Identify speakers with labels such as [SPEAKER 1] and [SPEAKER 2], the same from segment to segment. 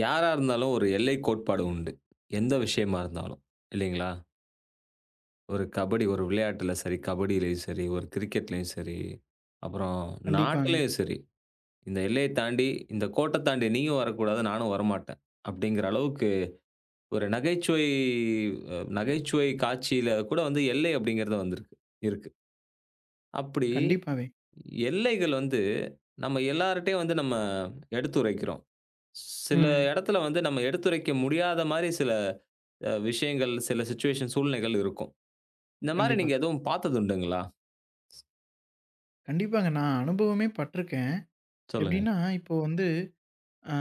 [SPEAKER 1] யாரா இருந்தாலும் ஒரு எல்லை கோட்பாடு உண்டு. எந்த விஷயமா இருந்தாலும். இல்லைங்களா? ஒரு கபடி ஒரு விளையாட்டுல சரி, கபடியிலயும் சரி, ஒரு கிரிக்கெட்லயும் சரி, அப்புறம்
[SPEAKER 2] கண்டிப்பாங்க.
[SPEAKER 1] நாட்டிலயும் சரி, இந்த எல்லைய தாண்டி, இந்த கோட்ட தாண்டி நீயும் வரக்கூடாது, நானும் வரமாட்டேன். அப்படிங்கிற அளவுக்கு ஒரு நகைச்சுவை காட்சியில கூட வந்து எல்லை அப்படிங்கிறது இருக்கு. அப்படி
[SPEAKER 2] கண்டிப்பாவே.
[SPEAKER 1] எல்லைகள் வந்து நம்ம எல்லார்ட்டயும் வந்து நம்ம எடுத்துரைக்கிறோம். சில
[SPEAKER 2] ம்.
[SPEAKER 1] இடத்துல வந்து நம்ம எடுத்துரைக்க முடியாத மாரி சில விஷயங்கள், சில சிச்சுவேஷன் சூழ்நிலைகள் இருக்கும். இந்த மாரி
[SPEAKER 2] கண்டிப்பா.
[SPEAKER 1] நீங்க எதுவும் பார்த்தது உண்டுங்களா?
[SPEAKER 2] கண்டிப்பாங்க. நான் அனுபவமே பட்டுருக்கேன்.
[SPEAKER 1] சொல்லுங்க.
[SPEAKER 2] எப்படின்னா, இப்போ வந்து அ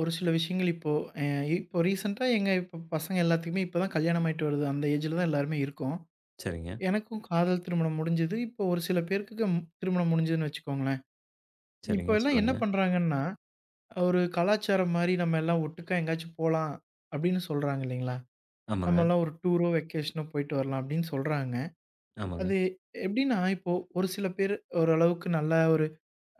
[SPEAKER 2] ஒரு சில விஷயங்கள் இப்போ அ இப்போ ரீசென்ட்டா எங்க இப்போ பசங்க எல்லாத்துக்குமே இப்போ தான் கல்யாணம் ஆயிட்டு வருது. அந்த ஏஜ்ல தான் எல்லாருமே இருக்கோம்.
[SPEAKER 1] சரிங்க,
[SPEAKER 2] எனக்கும் காதல் திருமணம் முடிஞ்சது. இப்போ ஒரு சில பேருக்கு திருமணம் முடிஞ்சதுன்னு வச்சுக்கோங்களேன். இப்போ
[SPEAKER 1] சரிங்க.
[SPEAKER 2] எல்லாம் என்ன
[SPEAKER 1] சொல்லுங்க.
[SPEAKER 2] பண்றாங்கன்னா, ஒரு கலாச்சாரம் மாரி நம்ம எல்லாம் ஒட்டுக்கா எங்கேயாச்சும் போலாம் அப்படின்னு சொல்றாங்க இல்லைங்களா?
[SPEAKER 1] ஆமாங்க,
[SPEAKER 2] நம்மலாம் ஒரு டூரோ, வெக்கேஷனோ போயிட்டு வரலாம் அப்படின்னு சொல்றாங்க.
[SPEAKER 1] ஆமாங்க.
[SPEAKER 2] அது எப்படின்னா, இப்போ ஒரு சில பேரு ஓரளவுக்கு நல்ல ஒரு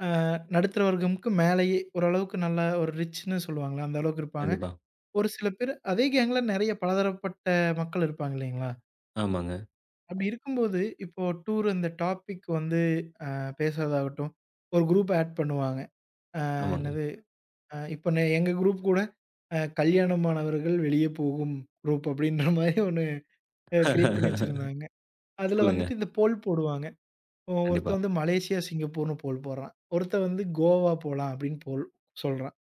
[SPEAKER 2] அ நடுத்தர வர்க்கமுக்கு மேலேயே ஓரளவுக்கு நல்ல ஒரு ரிச்ன்னு சொல்லுவாங்கல்ல, அந்த அளவுக்கு இருப்பாங்க.
[SPEAKER 1] கண்டிப்பா.
[SPEAKER 2] ஒரு சில பேரு அதே கேங்ல நெறைய பலதரப்பட்ட மக்கள் இருப்பாங்க இல்லைங்களா?
[SPEAKER 1] ஆமாங்க,
[SPEAKER 2] அப்படி இருக்கும்போது, இப்போ டூர் அந்த டாபிக் வந்து அ பேசுறதாகட்டும், ஒரு குரூப் ஆட் பண்ணுவாங்க.
[SPEAKER 1] ஆமாங்க.
[SPEAKER 2] என்னது இப்ப எங்க குரூப் கூட கல்யாணமானவர்கள் வெளியே போகும் குரூப் அப்படின்ற மாரி ஒண்ணு கிரியேட் பண்ணி வச்சிருந்தாங்க. அதுல
[SPEAKER 1] சொல்லுங்க.
[SPEAKER 2] வந்துட்டு இந்த போல் போடுவாங்க. ஒ
[SPEAKER 1] கண்டிப்பா.
[SPEAKER 2] ஒருத்தன் வந்து மலேசியா, சிங்கப்பூர்ன்னு போல் போடுறான். ஒருத்தன் வந்து கோவா போலாம் அப்படின்னு போல் சொல்றான்.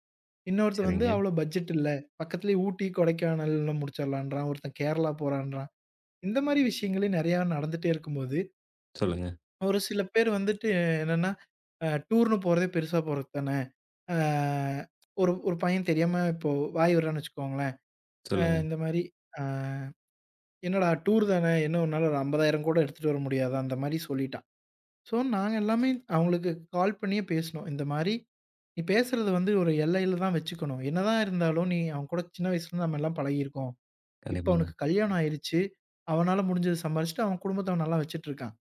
[SPEAKER 2] இன்னொருத்தன் வந்து
[SPEAKER 1] சரிங்க.
[SPEAKER 2] அவ்வளோ பட்ஜெட் இல்ல. பக்கத்திலேயே ஊட்டி, கொடைக்கானல்ன்னு முடிச்சிடலான்றான். ஒருத்தன் கேரளா போறான்றான். இந்த மாரி விஷயங்களே நெறையா நடந்துட்டே இருக்கும்போது,
[SPEAKER 1] சொல்லுங்க,
[SPEAKER 2] ஒரு சில பேர் வந்துட்டு என்னன்னா, டூர்ன்னு போறதே பெருசா போறது தானே. அ ஒரு ஒரு பையன் தெரியாம இப்போ வாய் விடுறான்னு வச்சுக்கோங்களேன்.
[SPEAKER 1] சொல்லுங்க.
[SPEAKER 2] இந்த மாரி, "அ என்னடா டூர் தானே, என்ன உன்னால ஒரு 50,000 கூட எடுத்துட்டு வர முடியாதா?" அந்த மாரி சொல்லிட்டான். ஸோ, நாங்க எல்லாமே அவங்களுக்கு கால் பண்ணியே பேசினோம். இந்த மாரி, "நீ பேசுறது வந்து ஒரு எல்லையில தான் வச்சுக்கணும். என்னதான் இருந்தாலும் நீ அவன் கூட சின்ன வயசுலருந்து நம்ம எல்லாம் பழகியிருக்கோம். இப்ப
[SPEAKER 1] கண்டிப்பாங்க.
[SPEAKER 2] அவனுக்கு கல்யாணம் ஆயிருச்சு. அவனால முடிஞ்சத சம்பாரிச்சுட்டு அவன் குடும்பத்த அவன் நல்லா வச்சுட்டுருக்கான்.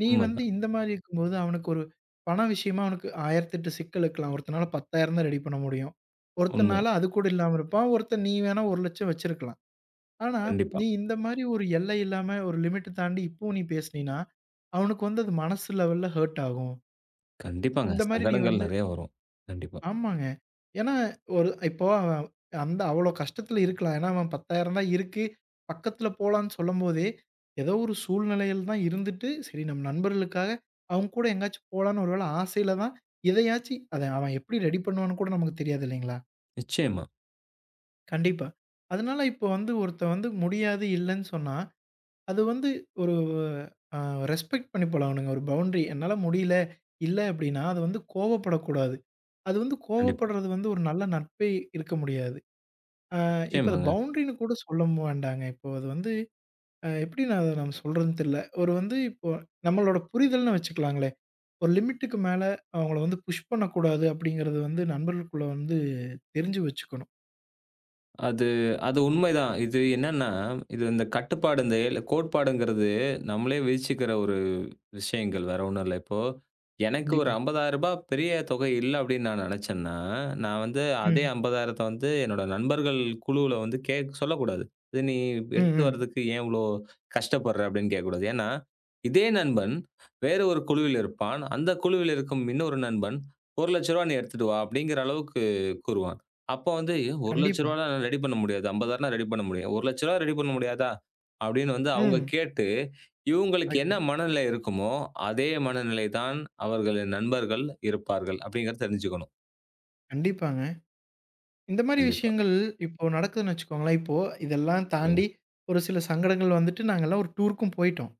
[SPEAKER 2] நீ வந்து
[SPEAKER 1] உண்மதான்.
[SPEAKER 2] இந்த மாரி இருக்கும்போது அவனுக்கு ஒரு பண விஷயமா அவனுக்கு 1008 சிக்கல் இருக்கலாம். ஒருத்தனால 10,000 தான் ரெடி பண்ண முடியும்.
[SPEAKER 1] உண்மை.
[SPEAKER 2] ஒருத்தனால அது கூட இல்லாம இருப்பான். ஒருத்தன் நீ வேணா 1,00,000 வச்சிருக்கலாம். ஆனா,
[SPEAKER 1] கண்டிப்பா.
[SPEAKER 2] நீ இந்த மாரி ஒரு எல்லை இல்லாம ஒரு லிமிட்ட தாண்டி இப்பவும் நீ பேசினீன்னா, அவனுக்கு வந்து அது மனசு லெவல்ல ஹர்ட் ஆகும்."
[SPEAKER 1] கண்டிப்பாங்க.
[SPEAKER 2] இந்த மாரி நீ
[SPEAKER 1] சங்கடங்கள்
[SPEAKER 2] வந்து
[SPEAKER 1] நெறைய வரும். கண்டிப்பா.
[SPEAKER 2] ஆமாங்க. ஏன்னா, ஒரு இப்போ அவன் அந்த அவ்வளோ கஷ்டத்துல இருக்கலாம். ஏன்னா, அவன் 10,000 தான் இருக்கு. பக்கத்துல போலான்னு சொல்லும்போதே, ஏதோ ஒரு சூழ்நிலையில தான் இருந்துட்டு, சரி நம்ம நண்பர்களுக்காக அவங்க கூட எங்கேயாச்சும் போலான்னு ஒரு வேள ஆசையில தான் எதையாச்சு அத அவன் எப்படி ரெடி பண்ணுவான்னு கூட நமக்கு தெரியாது இல்லைங்களா?
[SPEAKER 1] நிச்சயமா.
[SPEAKER 2] கண்டிப்பா. அதனால இப்போ வந்து ஒருத்தன் வந்து முடியாது இல்லன்னு சொன்னா அது வந்து ஒரு அ ரெஸ்பெக்ட் பண்ணி போலானுங்க. ஒரு பவுண்டரி என்னால முடியல, இல்ல அப்படின்னா, அது வந்து கோவப்படக்கூடாது. அது வந்து
[SPEAKER 1] கண்டிப்பா.
[SPEAKER 2] கோவப்படுறது வந்து ஒரு நல்ல நட்பே இருக்க முடியாது. அ இப்ப அது
[SPEAKER 1] நிச்சயமாங்க.
[SPEAKER 2] பவுண்டரின்னு கூட சொல்ல வேண்டாங்க. இப்போ அது வந்து எப்படி நான் அத நம்ம சொல்றதுன்னு தெரியல. ஒரு வந்து இப்போ நம்மளோட புரிதல்னு வச்சுக்கலாங்களே. ஒரு லிமிட்டுக்கு மேல அவங்கள வந்து புஷ் பண்ணக்கூடாது அப்படிங்கிறது வந்து நண்பர்களுக்குள்ள வந்து தெரிஞ்சு வச்சுக்கணும்.
[SPEAKER 1] அது அது உண்மைதான். இது என்னன்னா, இது இந்த கட்டுப்பாடு, இந்த எல் கோட்பாடுங்கிறது நம்மளே விதிச்சுக்கிற ஒரு விஷயங்கள். வேற ஒண்ணும் இல்ல. இப்போ எனக்கு ஒரு
[SPEAKER 2] கண்டிப்பா.
[SPEAKER 1] ரூ. 50,000 பெரிய தொகை இல்ல அப்படின்னு நான் நெனச்சேன்னா, நான் வந்து அதே
[SPEAKER 2] ம்.
[SPEAKER 1] 50,000த்த வந்து என்னோட நண்பர்கள் குழுவுல வந்து கேக் சொல்லக்கூடாது. "இது நீ
[SPEAKER 2] ம்,
[SPEAKER 1] எடுத்துட்டு
[SPEAKER 2] ம்.
[SPEAKER 1] வர்றதுக்கு ஏன் இவ்ளோ கஷ்டப்படுற?" அப்படின்னு கேட்கக்கூடாது. ஏன்னா, இதே நண்பன் வேற ஒரு குழுவில் இருப்பான். அந்த குழுவில் இருக்கும் இன்னொரு நண்பன் "ரூ. 1,00,000 நீ எடுத்துட்டு வா" அப்படிங்கிற அளவுக்கு கூறுவான். அப்ப வந்து ரூ.
[SPEAKER 2] கண்டிப்பா.
[SPEAKER 1] 1,00,000 ரெடி பண்ண முடியாது. 50,000 ரெடி பண்ண முடியும். ரூ. 1,00,000 ரெடி பண்ண முடியாதா? அப்படின்னு வந்து அவங்க
[SPEAKER 2] ம்.
[SPEAKER 1] கேட்டு, இவங்களுக்கு என்ன
[SPEAKER 2] கரெக்ட்டு.
[SPEAKER 1] மனநிலை இருக்குமோ, அதே மனநிலை தான் அவர்களின் நண்பர்கள் இருப்பார்கள். அப்படிங்கிறத தெரிஞ்சுக்கணும்.
[SPEAKER 2] கண்டிப்பாங்க. இந்த மாரி
[SPEAKER 1] கண்டிப்பா.
[SPEAKER 2] விஷயங்கள் இப்போ நடக்குதுன்னு வச்சுக்கோங்களேன். இப்போ இதெல்லாம்
[SPEAKER 1] சொல்லுங்க.
[SPEAKER 2] தாண்டி ஒரு சில சங்கடங்கள் வந்துட்டு நாங்கலாம் ஒரு டூருக்கும் போயிட்டோம்.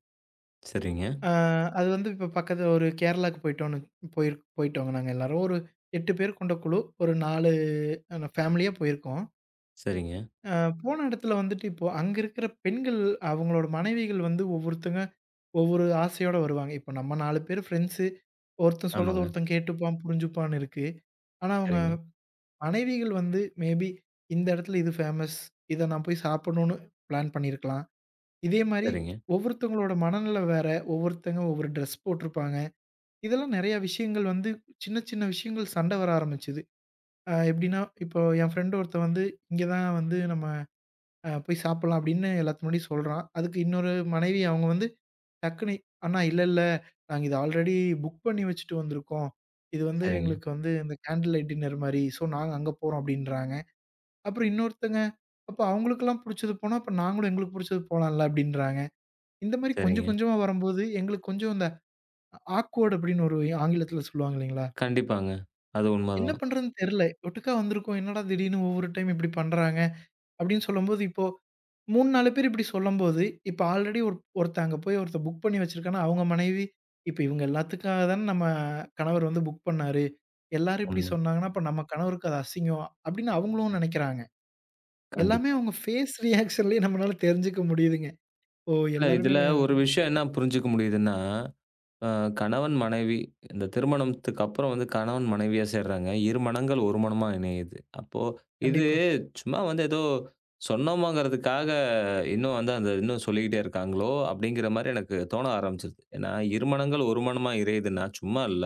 [SPEAKER 1] சரிங்க,
[SPEAKER 2] அ அது வந்து இப்போ பக்கத்து ஒரு கேரளாக்கு போயிட்டோன்னு போயிட்டோங்க நாங்க எல்லாரும். ஒரு 8 பேர் கொண்ட குழு. ஒரு 4 ஃபேமிலியா போயிருக்கோம்.
[SPEAKER 1] சரிங்க.
[SPEAKER 2] அ போன இடத்துல வந்துட்டு இப்போ அங்க இருக்கிற பெண்கள் அவங்களோட மனைவிகள் வந்து ஒவ்வொருத்தங்க ஒவ்வொரு ஆசையோட வருவாங்க. இப்போ நம்ம 4 பேர் ஃப்ரெண்ட்ஸு. ஒருத்தன் சொல்றத
[SPEAKER 1] ஆமாங்க.
[SPEAKER 2] ஒருத்தன் கேட்டுப்பான், புரிஞ்சுப்பான்னு இருக்கு. ஆனா,
[SPEAKER 1] சரிங்க,
[SPEAKER 2] மனைவிகள் வந்து மேபி இந்த இடத்துல இது ஃபேமஸ். இத நான் போய் சாப்பிடணும்னு பிளான் பண்ணியிருக்கலாம். இதே மாரி
[SPEAKER 1] சரிங்க,
[SPEAKER 2] ஒவ்வொருத்தவங்களோட மனநிலை வேற. ஒவ்வொருத்தங்க ஒவ்வொரு ட்ரெஸ் போட்டிருப்பாங்க. இதெல்லாம் நெறைய விஷயங்கள் வந்து சின்ன சின்ன விஷயங்கள் சண்டை வர ஆரம்பிச்சது. எப்படின்னா, இப்போ என் ஃப்ரெண்ட் ஒருத்தன் வந்து இங்க தான் வந்து நம்ம போய் சாப்பிடலாம் அப்படின்னு எல்லாத்து முன்னாடியும் சொல்றான். அதுக்கு இன்னொரு மனைவி அவங்க வந்து டக்குனு "அண்ணா இல்ல இல்ல நாங்க இத ஆல்ரெடி புக் பண்ணி வச்சுட்டு வந்திருக்கோம். இது வந்து
[SPEAKER 1] சரிங்க,
[SPEAKER 2] எங்களுக்கு வந்து இந்த கேண்டில் லைட் டின்னர் மாரி. ஸோ நாங்க அங்க போறோம்" அப்படின்றாங்க. அப்புறம் இன்னொருத்தங்க, அப்ப அவங்களுக்கெல்லாம் புடிச்சது போனா, அப்ப நாங்களும் எங்களுக்கு புடிச்சது போலாம்ல அப்டின்றாங்க. இந்த மாரி கொஞ்சம்
[SPEAKER 1] சரிங்க.
[SPEAKER 2] கொஞ்சமா வரும்போது, எங்களுக்கு கொஞ்சம் இந்த ஆக்வர்ட் அப்டின்னு ஒரு ஆங்கிலத்துல சொல்லுவாங்க இல்லைங்களா?
[SPEAKER 1] கண்டிப்பாங்க. அது
[SPEAKER 2] என்ன
[SPEAKER 1] உண்மதான்.
[SPEAKER 2] பண்றதுன்னு தெர்ல. ஒட்டுக்கா வந்திருக்கோம். என்னடா திடீர்னு ஒவ்வொரு டைம் இப்டி பண்றாங்க அப்டின்னு சொல்லும்போது, இப்போ 3, 4 பேர் இப்டி சொல்லும்போது, இப்ப ஆல்ரெடி ஒரு ஒருத்தன் அங்க போய் ஒருத்தன் புக் பண்ணி வச்சிருக்கான்னா, அவங்க மனைவி, இப்ப இவங்க எல்லாத்துக்காக தான நம்ம கணவர் வந்து புக் பண்ணாரு. எல்லாரும் இப்டி
[SPEAKER 1] உண்மை.
[SPEAKER 2] சொன்னாங்கன்னா, அப்ப நம்ம கணவருக்கு அது அசிங்கம் அப்டின்னு அவங்களும் நெனைக்கிறாங்க. எல்லாமே
[SPEAKER 1] கண்டிப்பா.
[SPEAKER 2] அவங்க ஃபேஸ் ரியாக்ஷன்லயே நம்மனால தெரிஞ்சுக்க முடியுதுங்க. ஓ!
[SPEAKER 1] இல்ல
[SPEAKER 2] எல்லாருமே
[SPEAKER 1] இதுல ஒரு விஷயம் என்ன புரிஞ்சுக்க முடியுதுன்னா அ கணவன், மனைவி இந்த திருமணத்துக்கு அப்புறம் வந்து கணவன், மனைவியா சேர்றாங்க. இரு மனங்கள் ஒரு மனமா இணையுது. அப்போ இது
[SPEAKER 2] கண்டிப்பா,
[SPEAKER 1] சும்மா வந்து ஏதோ சொன்னோமாங்கிறதுக்காக இன்னும் வந்து அந்த இன்னும் சொல்லிக்கிட்டே இருக்காங்களோ! அப்பிடிங்கிற மாரி எனக்கு தோண ஆரம்பிச்சிருது. ஏன்னா, இரு மனங்கள் ஒரு மனமா இரையுதுன்னா, சும்மா இல்ல.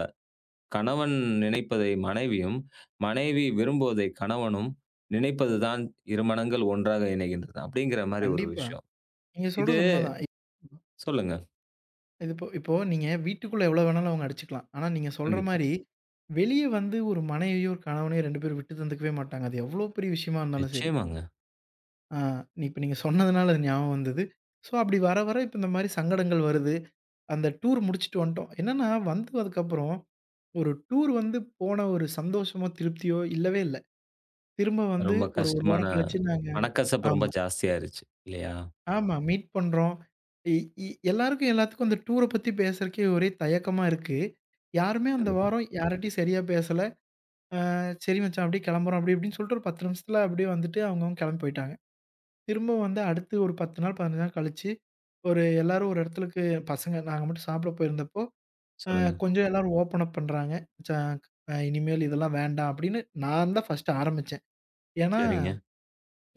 [SPEAKER 1] கணவன் நினைப்பதை மனைவியும், மனைவி விரும்புவதை கணவனும் நினைப்பது தான் இரு மனங்கள் ஒன்றாக இணைகின்றது. அப்பிடிங்கிற மாரி ஒரு
[SPEAKER 2] கண்டிப்பா.
[SPEAKER 1] விஷயம்.
[SPEAKER 2] நீங்க
[SPEAKER 1] இது
[SPEAKER 2] சொல்றது உண்மதான்.
[SPEAKER 1] சொல்லுங்க.
[SPEAKER 2] இது இப்போ இப்போ நீங்க வீட்டுக்குள்ள எவ்வளோ வேணாலும் அவங்க அடிச்சுக்கலாம். ஆனா நீங்க சொல்ற
[SPEAKER 1] கண்டிப்பா.
[SPEAKER 2] மாரி, வெளிய வந்து ஒரு மனைவியோ, ஒரு கணவனையோ 2 பேரும் விட்டு தந்துக்கவே மாட்டாங்க. அது எவ்வளோ பெரிய விஷயமா இருந்தாலும் சரி.
[SPEAKER 1] நிச்சயமாங்க.
[SPEAKER 2] ஆ இப்ப நீங்க சொன்னதுனால அது ஞாபகம் வந்தது. ஸோ அப்படி வர வர இப்ப இந்த மாரி சங்கடங்கள் வருது. அந்த டூர் முடிச்சுட்டு வந்துட்டோம். என்னன்னா வந்து அதுக்கப்புறம், ஒரு டூர் வந்து போன ஒரு சந்தோஷமோ, திருப்தியோ இல்லவே இல்ல. திரும்ப வந்து
[SPEAKER 1] ரொம்ப
[SPEAKER 2] ஒரு 1
[SPEAKER 1] கஷ்டமான
[SPEAKER 2] வாரம் கழிச்சு நாங்க
[SPEAKER 1] மனக்கசப்பு ரொம்ப
[SPEAKER 2] ஆமா,
[SPEAKER 1] ஜாஸ்தியாயிருச்சு இல்லையா?
[SPEAKER 2] ஆமா. மீட் பண்றோம். இ இ எல்லாருக்கும் எல்லாத்துக்கும் அந்த டூர பத்தி பேசுறதுக்கே ஒரே தயக்கமா இருக்கு. யாருமே அந்த
[SPEAKER 1] கண்டிப்பா.
[SPEAKER 2] வாரம் யார்ட்டயும் சரியா பேசல. சரி மச்சான் அப்படியே கிளம்புறோம்" அப்படி இப்படின்னு சொல்லிட்டு ஒரு 10 நிமிஷத்துல அப்படியே வந்துட்டு அவங்கவங்க கிளம்பி போயிட்டாங்க. திரும்ப வந்து அடுத்து ஒரு 10 நாள், 15 நாள் கழிச்சு, ஒரு எல்லாரும் ஒரு இடத்துக்கு பசங்க நாங்க மட்டும் சாப்பிட போயிருந்தப்போ, அ
[SPEAKER 1] சொல்லுங்க.
[SPEAKER 2] கொஞ்சம் எல்லாரும் ஓப்பன் அப் பண்றாங்க. "மச்சான் இனிமேல் இதெல்லாம் வேண்டாம்" அப்படின்னு நான் தான் ஃபர்ஸ்ட்டு ஆரம்பிச்சேன். ஏன்னா,
[SPEAKER 1] சரிங்க,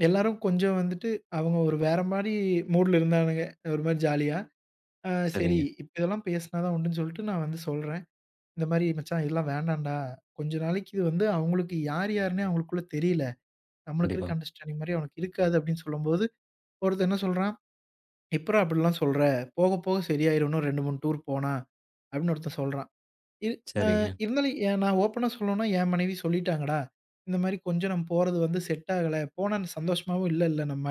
[SPEAKER 2] எல்லாரும் கொஞ்சம் வந்துட்டு அவங்க ஒரு வேற மாரி மூட்ல இருந்தானுங்க. ஒரு மாரி ஜாலியா. சரி,
[SPEAKER 1] சரிங்க.
[SPEAKER 2] இப்ப இதெல்லாம் பேசினா தான் உண்டுன்னு சொல்லிட்டு நான் வந்து சொல்றேன். இந்த மாரி மச்சான் இதெல்லாம் வேண்டாம்டா. கொஞ்ச நாளைக்கு இது வந்து அவங்களுக்கு யார் யாருன்னே அவங்களுக்குள்ள தெரியல. நம்மளுக்கு
[SPEAKER 1] கண்டிப்பா.
[SPEAKER 2] இருக்க அண்டர்ஸ்டாண்டிங் மாரி அவனுக்கு இருக்காது அப்படின்னு சொல்லும்போது, ஒருத்தன் என்ன சொல்றான், "எப்புட்றா அப்படிலாம் சொல்ற? போக போக சரியாயிரும். இன்னும் 2, 3 டூர் போனா" அப்படின்னு ஒருத்தன் சொல்றான். இரு அ
[SPEAKER 1] சரிங்க.
[SPEAKER 2] இருந்தாலும் நான் ஓப்பனா சொல்லணும்னா என் மனைவி சொல்லிட்டாங்கடா. இந்த மாரி கொஞ்சம் நம்ம போறது வந்து செட் ஆகல. போனா சந்தோஷமாவும் இல்லல்ல நம்ம.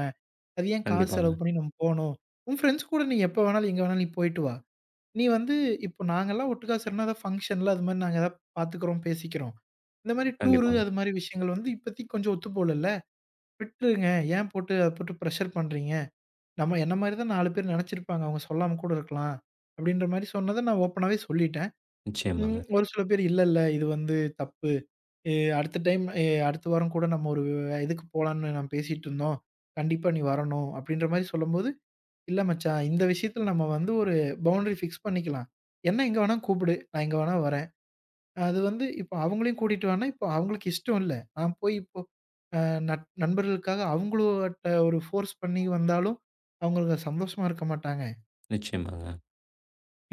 [SPEAKER 2] அது ஏன் காசு
[SPEAKER 1] கண்டிப்பாங்க,
[SPEAKER 2] செலவு பண்ணி நம்ம போணும்? உன் ஃப்ரெண்ட்ஸ் கூட நீ எப்ப வேணாலும், எங்க வேணாலும் நீ போயிட்டு வா. நீ வந்து இப்போ நாங்கலாம் ஒட்டுக்கா சேர்னா ஏதாவது ஃபங்ஷன்ல அது மாரி நாங்க ஏதாவது பார்த்துக்கிறோம், பேசிக்கிறோம். இந்த மாரி டூரு
[SPEAKER 1] கண்டிப்பாங்க.
[SPEAKER 2] அது மாரி விஷயங்கள் வந்து இப்போதைக்கு கொஞ்சம் ஒத்து போகலல்ல. விட்டுருங்க. ஏன் போட்டு அத போட்டு பிரஷர் பண்றீங்க? நம்ம என்ன மாரி தான் 4 பேர் நெனச்சிருப்பாங்க. அவங்க சொல்லாம கூட இருக்கலாம். அப்படின்ற மாரி சொன்னத நான் ஓப்பனாவே சொல்லிட்டேன்.
[SPEAKER 1] நிச்சயமாங்க,
[SPEAKER 2] ம். ஒரு சில பேர் இல்ல, இல்ல இது வந்து தப்பு. எ அடுத்த டைம் அடுத்த வாரம் கூட நம்ம ஒரு இதுக்கு போலான்னு நான் பேசிட்டு இருந்தோம். கண்டிப்பா நீ வரணும். அப்படின்ற மாரி சொல்லும்போது இல்ல மச்சான். இந்த விஷயத்துல நம்ம வந்து ஒரு பவுண்டரி ஃபிக்ஸ் பண்ணிக்கலாம். என்ன எங்க வேணா கூப்பிடு. நான் எங்க வேணா வரேன். அது வந்து இப்ப அவங்களையும் கூட்டிட்டு வான்னா, இப்ப அவங்களுக்கு இஷ்டம் இல்ல. நான் போய் இப்போ அ நண்பர்களுக்காக அவங்களட்ட ஒரு ஃபோர்ஸ் பண்ணி வந்தாலும், அவங்களுக்கு சந்தோஷமா இருக்க மாட்டாங்க.
[SPEAKER 1] நிச்சயமாங்க.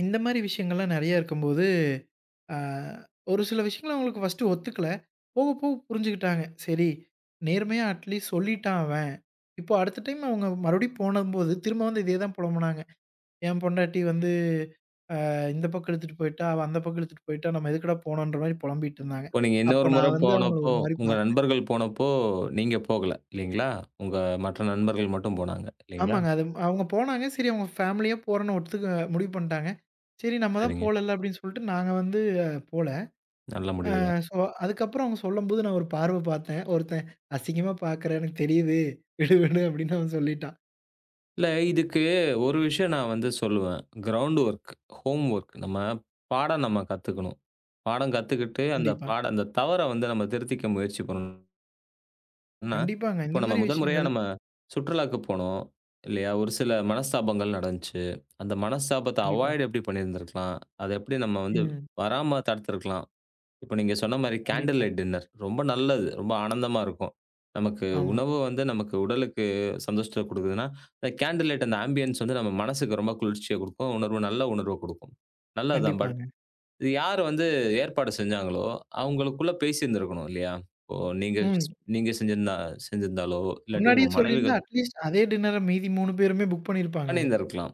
[SPEAKER 2] இந்த மாரி விஷயங்கள்லாம் நெறைய இருக்கும்போது, அ ஒரு சில விஷயங்கள் அவங்களுக்கு ஃபர்ஸ்ட்டு ஒத்துக்கல. போக போக புரிஞ்சுக்கிட்டாங்க. சரி நேர்மையா அட்லீஸ்ட் சொல்லிட்டான் அவன். இப்போ அடுத்த டைம் அவங்க மறுபடியும் போனம்போது, திரும்ப வந்து இதே தான் புலம்புனாங்க. என் பொண்டாட்டி வந்து இந்த பக்கம் இழுத்துட்டு போயிட்டா, அந்த பக்கம் இழுத்துட்டு போயிட்டா, நம்ம எதுக்குடா போனோன்ற மாரி பொலம்பிட்டு இருந்தாங்க.
[SPEAKER 1] இப்போ நீங்க
[SPEAKER 2] அப்ப
[SPEAKER 1] இன்னொரு முறை
[SPEAKER 2] நான் வந்து அவங்கள
[SPEAKER 1] போனப்போ,
[SPEAKER 2] ஒரு மாரி
[SPEAKER 1] உங்க
[SPEAKER 2] பார்த்தேன்.
[SPEAKER 1] நண்பர்கள் போனப்போ நீங்க போகல இல்லீங்களா? உங்க மற்ற நண்பர்கள் மட்டும் போனாங்க இல்லீங்களா?
[SPEAKER 2] ஆமாங்க. அது அவங்க போனாங்க. சரி அவங்க ஃபேமிலியா போறோன்னு ஒத்துக்க முடிவு பண்ணிட்டாங்க. சரி நம்ம தான்
[SPEAKER 1] சரிங்க.
[SPEAKER 2] போலல்ல அப்படின்னு சொல்லிட்டு நாங்க வந்து போல.
[SPEAKER 1] நல்ல முடிவு தான்.
[SPEAKER 2] சோ அதுக்கப்புறம் அவங்க சொல்லும்போது நான் ஒரு பார்வ பார்த்தேன். ஒருத்தன் அசிங்கமா பார்க்குறேன் எனக்கு தெரியுது. விடு விடு அப்படின்னு அவன் சொல்லிட்டான்.
[SPEAKER 1] இல்ல இதுக்கு ஒரு விஷயம் நான் வந்து சொல்லுவேன். கிரவுண்ட் வொர்க், ஹோம் வொர்க் நம்ம பாடம் நம்ம கத்துக்கணும். பாடம் கத்துக்கிட்டு அந்த
[SPEAKER 2] கண்டிப்பா.
[SPEAKER 1] பாட அந்த தவற வந்து நம்ம திருத்திக்க முயற்சி பண்ணணும். ஏன்னா,
[SPEAKER 2] கண்டிப்பாங்க.
[SPEAKER 1] இப்போ
[SPEAKER 2] இந்த
[SPEAKER 1] நம்ம
[SPEAKER 2] மாரி
[SPEAKER 1] முதல் முறையா
[SPEAKER 2] விஷயங்கள்
[SPEAKER 1] நம்ம சுற்றுலாக்கு போனோம். இல்லையா? ஒரு சில மனஸ்தாபங்கள் நடந்துச்சு. அந்த மனஸ்தாபத்த
[SPEAKER 2] கண்டிப்பா.
[SPEAKER 1] அவாய்ட் எப்படி பண்ணியிருந்திருக்கலாம்? அத எப்படி நம்ம வந்து
[SPEAKER 2] ம்.
[SPEAKER 1] வராம தடுத்திருக்கலாம்? இப்போ நீங்க சொன்ன மாரி கேண்டில்
[SPEAKER 2] கண்டிப்பா.
[SPEAKER 1] லைட் டின்னர் ரொம்ப நல்லது. ரொம்ப ஆனந்தமா இருக்கும். நமக்கு
[SPEAKER 2] ஆமா.
[SPEAKER 1] உணவு வந்து நமக்கு உடலுக்கு சந்தோஷத்த குடுக்குதுன்னா, அந்த கேண்டில் லைட் அந்த ஆம்பியன்ஸ் வந்து நம்ம மனசுக்கு ரொம்ப குளிர்ச்சிய குடுக்கும். உணர்வு நல்ல உணர்வ குடுக்கும். நல்லதுதான். பட்
[SPEAKER 2] கண்டிப்பாங்க.
[SPEAKER 1] இது யார் வந்து ஏற்பாடு செஞ்சாங்களோ, அவங்களுக்குள்ள பேசியிருந்திருக்கணும் இல்லையா? இப்போ நீங்க
[SPEAKER 2] ம்.
[SPEAKER 1] நீங்க செஞ்சிருந்தாலோ, இல்லாட்டி
[SPEAKER 2] முன்னாடியே
[SPEAKER 1] உங்க
[SPEAKER 2] சொல்லியிருந்தா
[SPEAKER 1] மனைவிகள்
[SPEAKER 2] அட்லீஸ்ட் அதே டின்னர மீதி 3 பேருமே புக் பண்ணியிருப்பாங்களே!
[SPEAKER 1] பண்ணியிருந்திருக்கலாம்.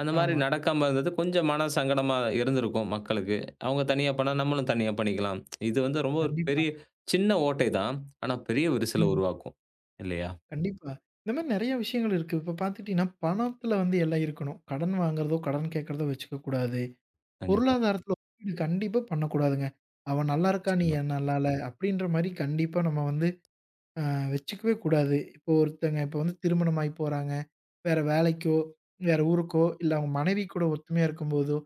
[SPEAKER 1] அந்த மாரி
[SPEAKER 2] ஆமா.
[SPEAKER 1] நடக்காம இருந்தது கொஞ்சம் மன சங்கடமா இருந்திருக்கும் மக்களுக்கு. அவங்க தனியா பண்ணா நம்மளும் தனியா பண்ணிக்கலாம். இது வந்து ரொம்ப ஒரு
[SPEAKER 2] கண்டிப்பா.
[SPEAKER 1] பெரிய சின்ன ஓட்டை தான். ஆனா பெரிய விரிசல
[SPEAKER 2] ம்.
[SPEAKER 1] உருவாக்கும். இல்லையா?
[SPEAKER 2] கண்டிப்பா. இந்த மாரி நெறைய விஷயங்கள் இருக்கு. இப்ப பார்த்துட்டீங்கன்னா, பணத்துல வந்து எல்லாம் இருக்கணும். கடன் வாங்குறதோ, கடன் கேட்கிறதோ வச்சுக்க கூடாது.
[SPEAKER 1] கண்டிப்பா.
[SPEAKER 2] பொருளாதாரத்துல ஒப்பீடு கண்டிப்பா பண்ணக்கூடாதுங்க. "அவன் நல்லா இருக்கான், நீ
[SPEAKER 1] நிச்சயமா,
[SPEAKER 2] ஏன் நல்லா இல்ல" அப்படின்ற மாரி கண்டிப்பா நம்ம வந்து அ வச்சுக்கவே கூடாது. இப்போ ஒருத்தங்க இப்போ வந்து திருமணம் ஆயி போறாங்க. வேற வேலைக்கோ, வேற ஊருக்கோ, இல்ல அவங்க மனைவி கூட ஒத்துமையா இருக்கும்போதோ,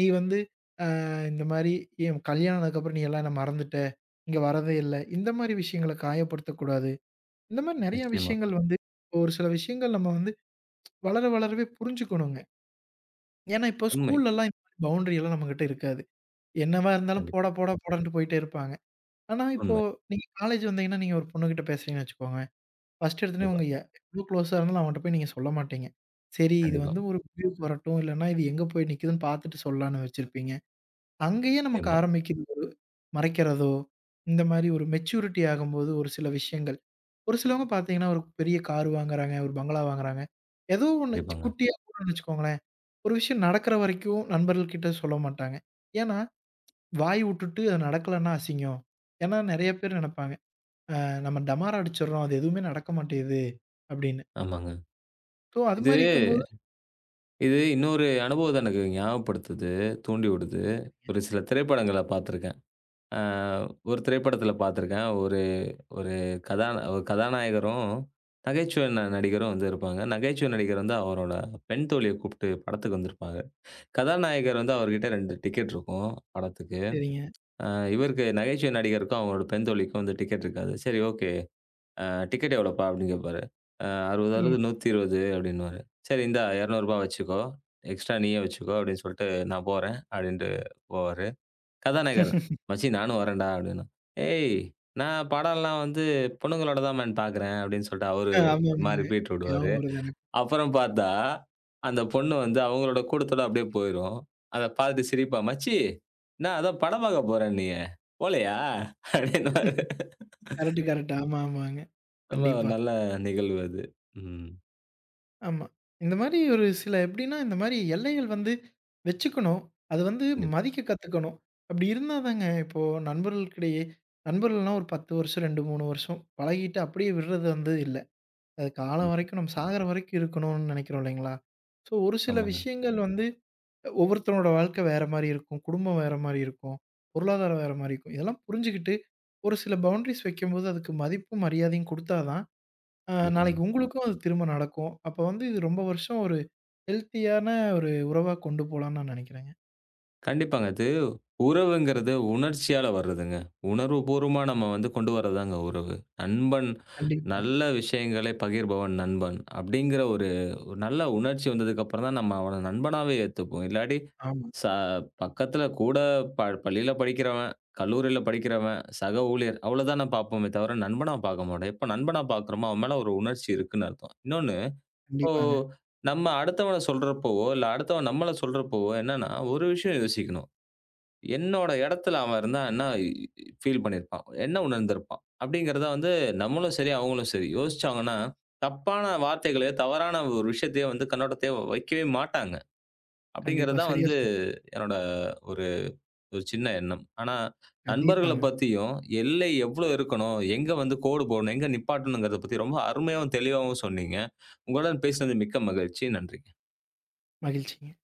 [SPEAKER 2] "நீ வந்து அ இந்த மாரி என் கல்யாணம் ஆனதுக்கப்புறம் நீ எல்லாம் என்ன மறந்துட்ட. இங்க வரதே இல்ல." இந்த மாரி விஷயங்கள காயப்படுத்தக்கூடாது. இந்த மாரி நெறைய
[SPEAKER 1] நிச்சயமா.
[SPEAKER 2] விஷயங்கள் வந்து ஒரு சில விஷயங்கள் நம்ம வந்து வளர வளரவே புரிஞ்சுக்கணுங்க. ஏன்னா, இப்போ
[SPEAKER 1] உண்மை.
[SPEAKER 2] ஸ்கூல்லலாம் இந்த மாரி பவுண்டரி எல்லாம் நம்மகிட்ட இருக்காது. என்னவா இருந்தாலும் போடா,
[SPEAKER 1] கண்டிப்பா.
[SPEAKER 2] போடா, போடான்ட்டு போயிட்டே இருப்பாங்க. ஆனா, இப்போ
[SPEAKER 1] உண்மை.
[SPEAKER 2] நீங்க காலேஜ் வந்தீங்கன்னா, நீங்க ஒரு பொண்ணுகிட்ட பேசுறீங்கன்னு வச்சுக்கோங்க. ஃபர்ஸ்ட் எடுத்தோனே
[SPEAKER 1] கண்டிப்பா,
[SPEAKER 2] உங்க எவ்ளோ க்ளோஸா இருந்தாலும் அவன்ட்ட போய் நீங்க சொல்ல மாட்டீங்க. சரி இது
[SPEAKER 1] கண்டிப்பா.
[SPEAKER 2] வந்து ஒரு முடிவுக்கு வரட்டும். இல்லன்னா இது எங்க போய் நிக்குதுன்னு பார்த்துட்டு சொல்லலான்னு வச்சிருப்பீங்க. அங்கயே நமக்கு
[SPEAKER 1] நிச்சயமா.
[SPEAKER 2] ஆரம்பிக்குது ஒரு மறைக்கிறதோ, இந்த மாரி ஒரு மெச்சூரிட்டி ஆகும்போது ஒரு சில விஷயங்கள். ஒரு சிலவங்க பார்த்தீங்கன்னா, ஒரு பெரிய கார் வாங்குறாங்க, ஒரு பங்களா வாங்குறாங்க. ஏதோ ஒண்ணு
[SPEAKER 1] கண்டிப்பாங்க.
[SPEAKER 2] குட்டியா போணும்னு வச்சுக்கோங்களேன். ஒரு விஷயம் நடக்கிற வரைக்கும் நண்பர்கள் கிட்ட சொல்ல மாட்டாங்க. ஏன்னா, வாய் வுட்டுட்டு அது நடக்கலன்னா அசிங்கம். ஏன்னா நெறைய பேர் நெனைப்பாங்க, நம்ம டமாரா அடிச்சுடுறோம். அது எதுவுமே நடக்க மாட்டேங்குது" அப்படின்னு.
[SPEAKER 1] ஆமாங்க.
[SPEAKER 2] ஸோ அது
[SPEAKER 1] இது
[SPEAKER 2] மாரி இருக்கும்போது
[SPEAKER 1] இது இன்னொரு அனுபவத்த எனக்கு ஞாபகப்படுத்துது, தூண்டி விடுது. ஒரு சில திரைப்படங்கள பார்த்துருக்கேன். அ ஒரு திரைப்படத்தில பார்த்துருக்கேன். ஒரு ஒரு கதா ஒரு கதாநாயகரும், நகைச்சுவை நடிகரும் வந்து இருப்பாங்க. நகைச்சுவை நடிகர் வந்து அவரோட பெண் தோழிய கூப்ட்டு படத்துக்கு வந்திருப்பாங்க. கதாநாயகர் வந்து அவர்கிட்ட 2 டிக்கெட் இருக்கும் படத்துக்கு.
[SPEAKER 2] சரிங்க.
[SPEAKER 1] அ இவருக்கு நகைச்சுவை நடிகருக்கும் அவரோட பெண் தோழிக்கும் வந்து டிக்கெட் இருக்காது. சரி ஓகே. அ "டிக்கெட் எவ்வளோப்பா?" அப்படின்னு கேட்பாரு. அ
[SPEAKER 2] ம்.
[SPEAKER 1] 60 120 அப்படின்னுவாரு. "சரி இந்தா ரூ. 200 வச்சுக்கோ. எக்ஸ்ட்ரா நீயே வச்சுக்கோ" அப்படின்னு சொல்லிட்டு, "நான் போறேன்" அப்படின்ட்டு போவாரு. கதாநாயகர், "மச்சி நானும் வரேன்டா" அப்படின்னா, "ஏய் நான் படம்லாம் வந்து பொண்ணுங்களோட தான் மேன் பார்க்குறேன்" அப்படின்னு சொல்லிட்டு அவரு ஒரு மாரி
[SPEAKER 2] ஆமாமாங்க.
[SPEAKER 1] பீட் விடுவாரு.
[SPEAKER 2] ஞாபகம் வருது எனக்கு.
[SPEAKER 1] அப்புறம் பார்த்தா, அந்த பொண்ணு வந்து அவங்களோட கூட்டத்தோட அப்படியே போயிரும். அத பார்த்துட்டு சிரிப்பா, "மச்சி என்ன அதான் படம் பார்க்க போறேன்னியே, போலையா?" அப்படின்னுவாரு.
[SPEAKER 2] Correct, correct. ஆமா, ஆமாங்க.
[SPEAKER 1] ரொம்ப
[SPEAKER 2] கண்டிப்பா.
[SPEAKER 1] நல்ல நிகழ்வு அது. ம்.
[SPEAKER 2] ஆமா. இந்த மாரி ஒரு சில எப்படின்னா, இந்த மாரி எல்லைகள் வந்து வச்சுக்கணும். அது வந்து
[SPEAKER 1] கண்டிப்பா,
[SPEAKER 2] மதிக்க கத்துக்கணும். அப்படி இருந்தா தாங்க இப்போ நண்பர்களுக்கிடையே நண்பர்கள்லாம் ஒரு 10 வருஷம், 2, 3 வருஷம் பழகிட்டு அப்படியே விடுறது வந்து இல்ல. அது காலம்
[SPEAKER 1] கண்டிப்பா.
[SPEAKER 2] வரைக்கும் நம்ம சாகர வரைக்கும் இருக்கணும்னு நெனைக்கிறோம் இல்லைங்களா? ஸோ ஒரு சில
[SPEAKER 1] ஆமாங்க.
[SPEAKER 2] விஷயங்கள் வந்து ஒவ்வொருத்தரோட வாழ்க்கை வேற மாரி இருக்கும். குடும்பம் வேற மாரி இருக்கும். பொருளாதாரம் வேற மாரி இருக்கும். இதெல்லாம் புரிஞ்சுகிட்டு ஒரு சில பவுண்டரீஸ் வைக்கும்போது அதுக்கு மதிப்பும், மரியாதையும் குடுத்தா தான்
[SPEAKER 1] கண்டிப்பாங்க.
[SPEAKER 2] நாளைக்கு உங்களுக்கும் அது திரும்ப நடக்கும். அப்ப வந்து இது ரொம்ப வருஷம் ஒரு ஹெல்த்தியான ஒரு உறவா கொண்டு போலான்னு நான் நினைக்கிறேங்க.
[SPEAKER 1] கண்டிப்பாங்க. அது உறவுங்கிறது உணர்ச்சியால வர்றதுங்க. உணர்வுபூர்வமா நம்ம வந்து கொண்டு வர்றதுதாங்க உறவு. நண்பன்
[SPEAKER 2] கண்டிப்பா.
[SPEAKER 1] நல்ல விஷயங்களை பகிர்பவன் நண்பன். அப்படிங்கிற ஒரு ஒரு நல்ல உணர்ச்சி வந்ததுக்கப்புறம் தான் நம்ம அவன நண்பனாவே ஏத்துப்போம். இல்லாட்டி
[SPEAKER 2] ஆமா.
[SPEAKER 1] ச பக்கத்துல கூட பள்ளியில படிக்கிறவன், கல்லூரியில படிக்கிறவன், சக ஊழியர் அவ்வளோதான் நான் பார்ப்போமே தவிர நண்பனா பார்க்க மாட்டோம். எப்ப நண்பனா பார்க்குறோமோ அவன் மேல ஒரு உணர்ச்சி இருக்குன்னு அர்த்தம். இன்னொன்னு இப்போ
[SPEAKER 2] கண்டிப்பாங்க.
[SPEAKER 1] நம்ம அடுத்தவன சொல்றப்போவோ, இல்ல அடுத்தவன் நம்மள சொல்றப்போவோ என்னன்னா, ஒரு விஷயம் யோசிக்கணும். என்னோட இடத்துல அவன் இருந்தா என்ன ஃபீல் பண்ணியிருப்பான்? என்ன உணர்ந்திருப்பான்? அப்படிங்கிறத வந்து நம்மளும் சரி, அவங்களும் சரி யோசிச்சாங்கன்னா, தப்பான வார்த்தைகள, தவறான ஒரு விஷயத்தையோ வந்து கண்ணோட்டத்தையோ வைக்கவே மாட்டாங்க.
[SPEAKER 2] கண்டிப்பா.
[SPEAKER 1] அப்படிங்கிறது தான்
[SPEAKER 2] சரியா
[SPEAKER 1] வந்து
[SPEAKER 2] சொன்னீங்க.
[SPEAKER 1] என்னோட ஒரு ஒரு சின்ன எண்ணம். ஆனா நண்பர்கள
[SPEAKER 2] கண்டிப்பாங்க.
[SPEAKER 1] பத்தியும் எல்லை எவ்வளோ இருக்கணும்? எங்க வந்து கோடு போடணும்? எங்க நிப்பாட்டணுங்கிறத பத்தி ரொம்ப அருமையாவும், தெளிவாவும் சொன்னீங்க. உங்களுடன் பேசினது மிக்க மகிழ்ச்சி. நன்றி.
[SPEAKER 2] மகிழ்ச்சிங்க.